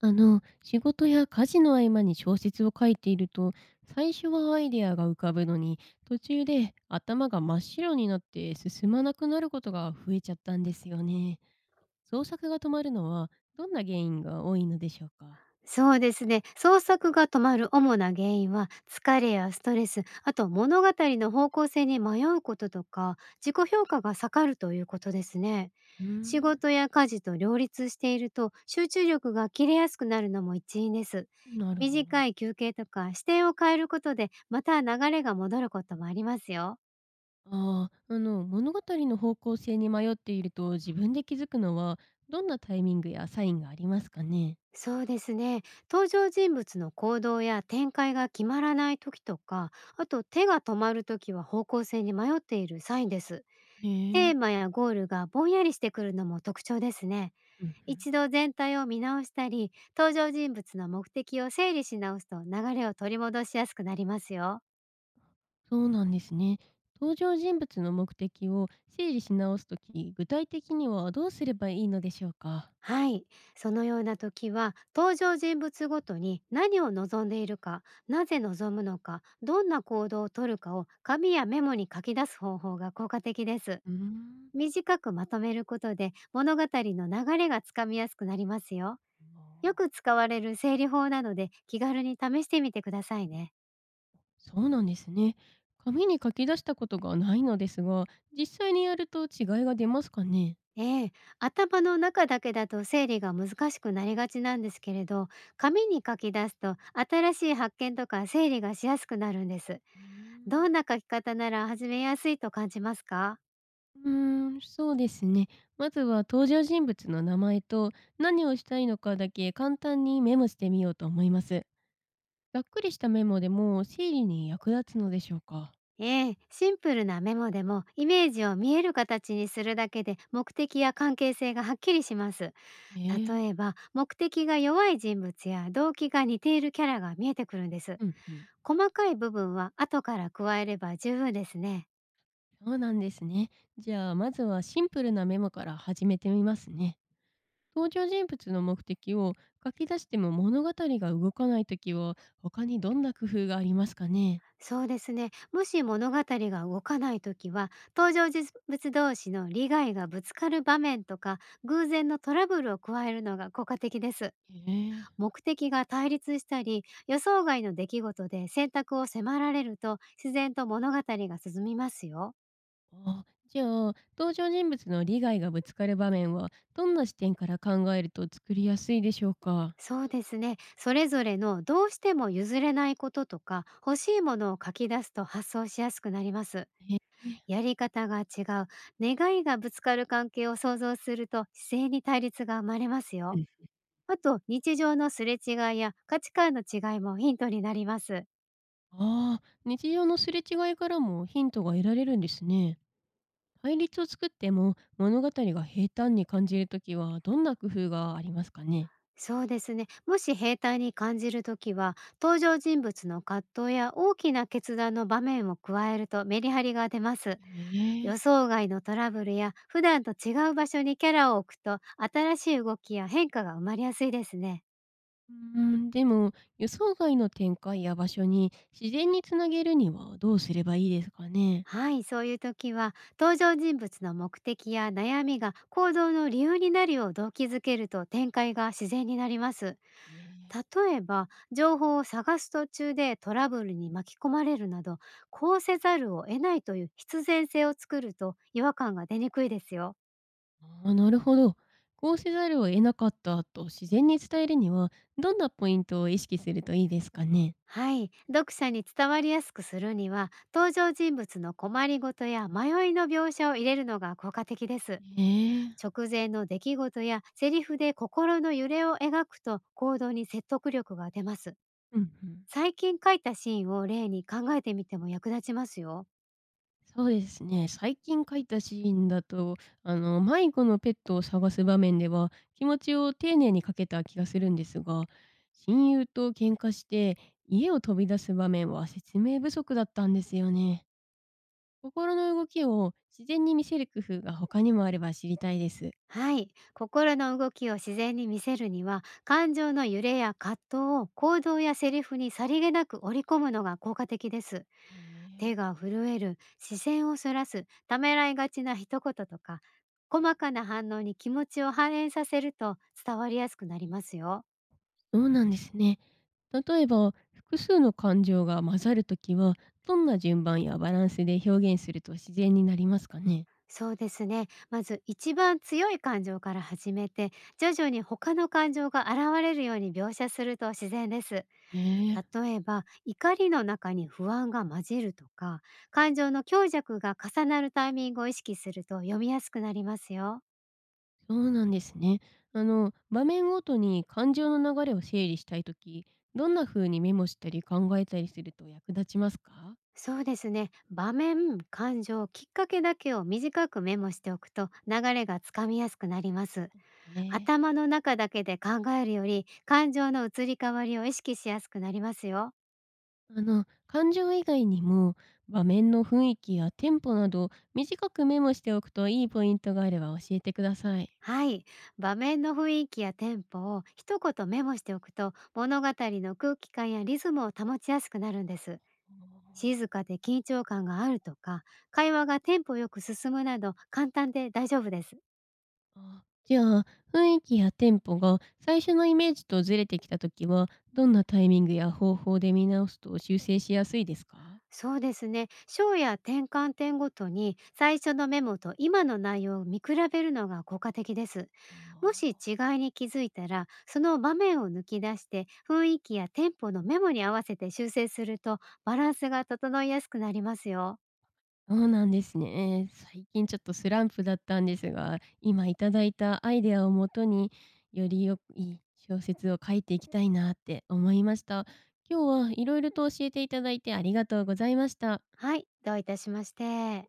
仕事や家事の合間に小説を書いていると、最初はアイデアが浮かぶのに、途中で頭が真っ白になって進まなくなることが増えちゃったんですよね。創作が止まるのはどんな原因が多いのでしょうか？そうですね。創作が止まる主な原因は、疲れやストレス、あと物語の方向性に迷うこととか、自己評価が下がるということですね。うー仕ん。事や家事と両立していると、集中力が切れやすくなるのも一因です。なるほど。短い休憩とか視点を変えることで、また流れが戻ることもありますよ。ああ、物語の方向性に迷っていると自分で気づくのは、どんなタイミングやサインがありますかね？そうですね、登場人物の行動や展開が決まらない時とか、あと手が止まる時は方向性に迷っているサインです。へテえ。ーマやゴールがぼんやりしてくるのも特徴ですね。うんうん。一度全体を見直したり、登場人物の目的を整理し直すと流れを取り戻しやすくなりますよ。そうなんですね。登場人物の目的を整理し直すとき、具体的にはどうすればいいのでしょうか。はい。そのような時は、登場人物ごとに何を望んでいるか、なぜ望むのか、どんな行動をとるかを紙やメモに書き出す方法が効果的です。うーん。短くまとめることで物語の流れがつかみやすくなりますよ。あ、よく使われる整理法なので気軽に試してみてくださいね。そうなんですね。紙に書き出したことがないのですが、実際にやると違いが出ますかね。ええ、頭の中だけだと整理が難しくなりがちなんですけれど、紙に書き出すと新しい発見とか整理がしやすくなるんです。ーどんな書き方なら始めやすいと感じますか？うーんうーん、そうですね。まずは登場人物の名前と何をしたいのかだけ簡単にメモしてみようと思います。ざっくりしたメモでも整理に役立つのでしょうか。ええ、シンプルなメモでもイメージを見える形にするだけで目的や関係性がはっきりします。ええ。例えば目的が弱い人物や動機が似ているキャラが見えてくるんです。うんうん。細かい部分は後から加えれば十分ですね。そうなんですね。じゃあまずはシンプルなメモから始めてみますね。登場人物の目的を書き出しても物語が動かないときは他にどんな工夫がありますかね？そうですね。もし物語が動かないときは、登場人物同士の利害がぶつかる場面とか、偶然のトラブルを加えるのが効果的です。ええ。目的が対立したり予想外の出来事で選択を迫られると自然と物語が進みますよ。あ、じゃあ登場人物の利害がぶつかる場面はどんな視点から考えると作りやすいでしょうか？そうですね、それぞれのどうしても譲れないこととか欲しいものを書き出すと発想しやすくなります。やり方が違う、願いがぶつかる関係を想像すると自然に対立が生まれますえよ。ー、あと日常のすれ違いや価値観の違いもヒントになります。ああー、日常のすれ違いからもヒントが得られるんですね。対立を作っても物語が平坦に感じるときはどんな工夫がありますかね？そうですね。もし兵隊に感じるときは、登場人物の葛藤や大きな決断の場面を加えるとメリハリが出ます。え予え。想外のトラブルや普段と違う場所にキャラを置くと、新しい動きや変化が生まれやすいですね。でも予想外の展開や場所に自然につなげるにはどうすればいいですかね？はい、そういう時は登場人物の目的や悩みが行動の理由になるよう動機づけると展開が自然になります。ええ。例えば情報を探す途中でトラブルに巻き込まれるなど、こうせざるを得ないという必然性を作ると違和感が出にくいですよ。ああ、なるほど。こうせざるを得なかったと自然に伝えるにはどんなポイントを意識するといいですかね？はい、読者に伝わりやすくするには登場人物の困りごとや迷いの描写を入れるのが効果的です。ええ。直前の出来事やセリフで心の揺れを描くと行動に説得力が出ます。うんうん。最近書いたシーンを例に考えてみても役立ちますよ。そうですね。最近描いたシーンだと、迷子のペットを探す場面では、気持ちを丁寧にかけた気がするんですが、親友と喧嘩して、家を飛び出す場面は説明不足だったんですよね。心の動きを自然に見せる工夫が他にもあれば知りたいです。はい。心の動きを自然に見せるには、感情の揺れや葛藤を行動やセリフにさりげなく織り込むのが効果的です。え手ーが震える、視線をそらす、ためらいがちな一言とか、細かな反応に気持ちを反映させると伝わりやすくなりますよ。そうなんですね。例えば、複数の感情が混ざるときは、どんな順番やバランスで表現すると自然になりますかね。そうですね。まず一番強い感情から始めて、徐々に他の感情が現れるように描写すると自然です。ええ。例えば怒りの中に不安が混じるとか、感情の強弱が重なるタイミングを意識すると読みやすくなりますよ。そうなんですね。場面ごとに感情の流れを整理したいとき、どんな風にメモしたり考えたりすると役立ちますか？そうですね、場面感情きっかけだけを短くメモしておくと流れがつかみやすくなります。ええ。頭の中だけで考えるより感情の移り変わりを意識しやすくなりますよ。感情以外にも場面の雰囲気やテンポなど短くメモしておくといいポイントがあれば教えてください。はい、場面の雰囲気やテンポを一言メモしておくと物語の空気感やリズムを保ちやすくなるんです。あ、静かで緊張感があるとか、会話がテンポよく進むなど簡単で大丈夫です。じゃあ雰囲気やテンポが最初のイメージとずれてきた時はどんなタイミングや方法で見直すと修正しやすいですか？そうですね、章や転換点ごとに最初のメモと今の内容を見比べるのが効果的です。あもし違いー、に気づいたらその場面を抜き出して雰囲気やテンポのメモに合わせて修正するとバランスが整いやすくなりますよ。そうなんですね。最近ちょっとスランプだったんですが、今いただいたアイデアをもとに、よりよいい小説を書いていきたいなって思いました。今日はいろいろと教えていただいてありがとうございました。はい、どういたしまして。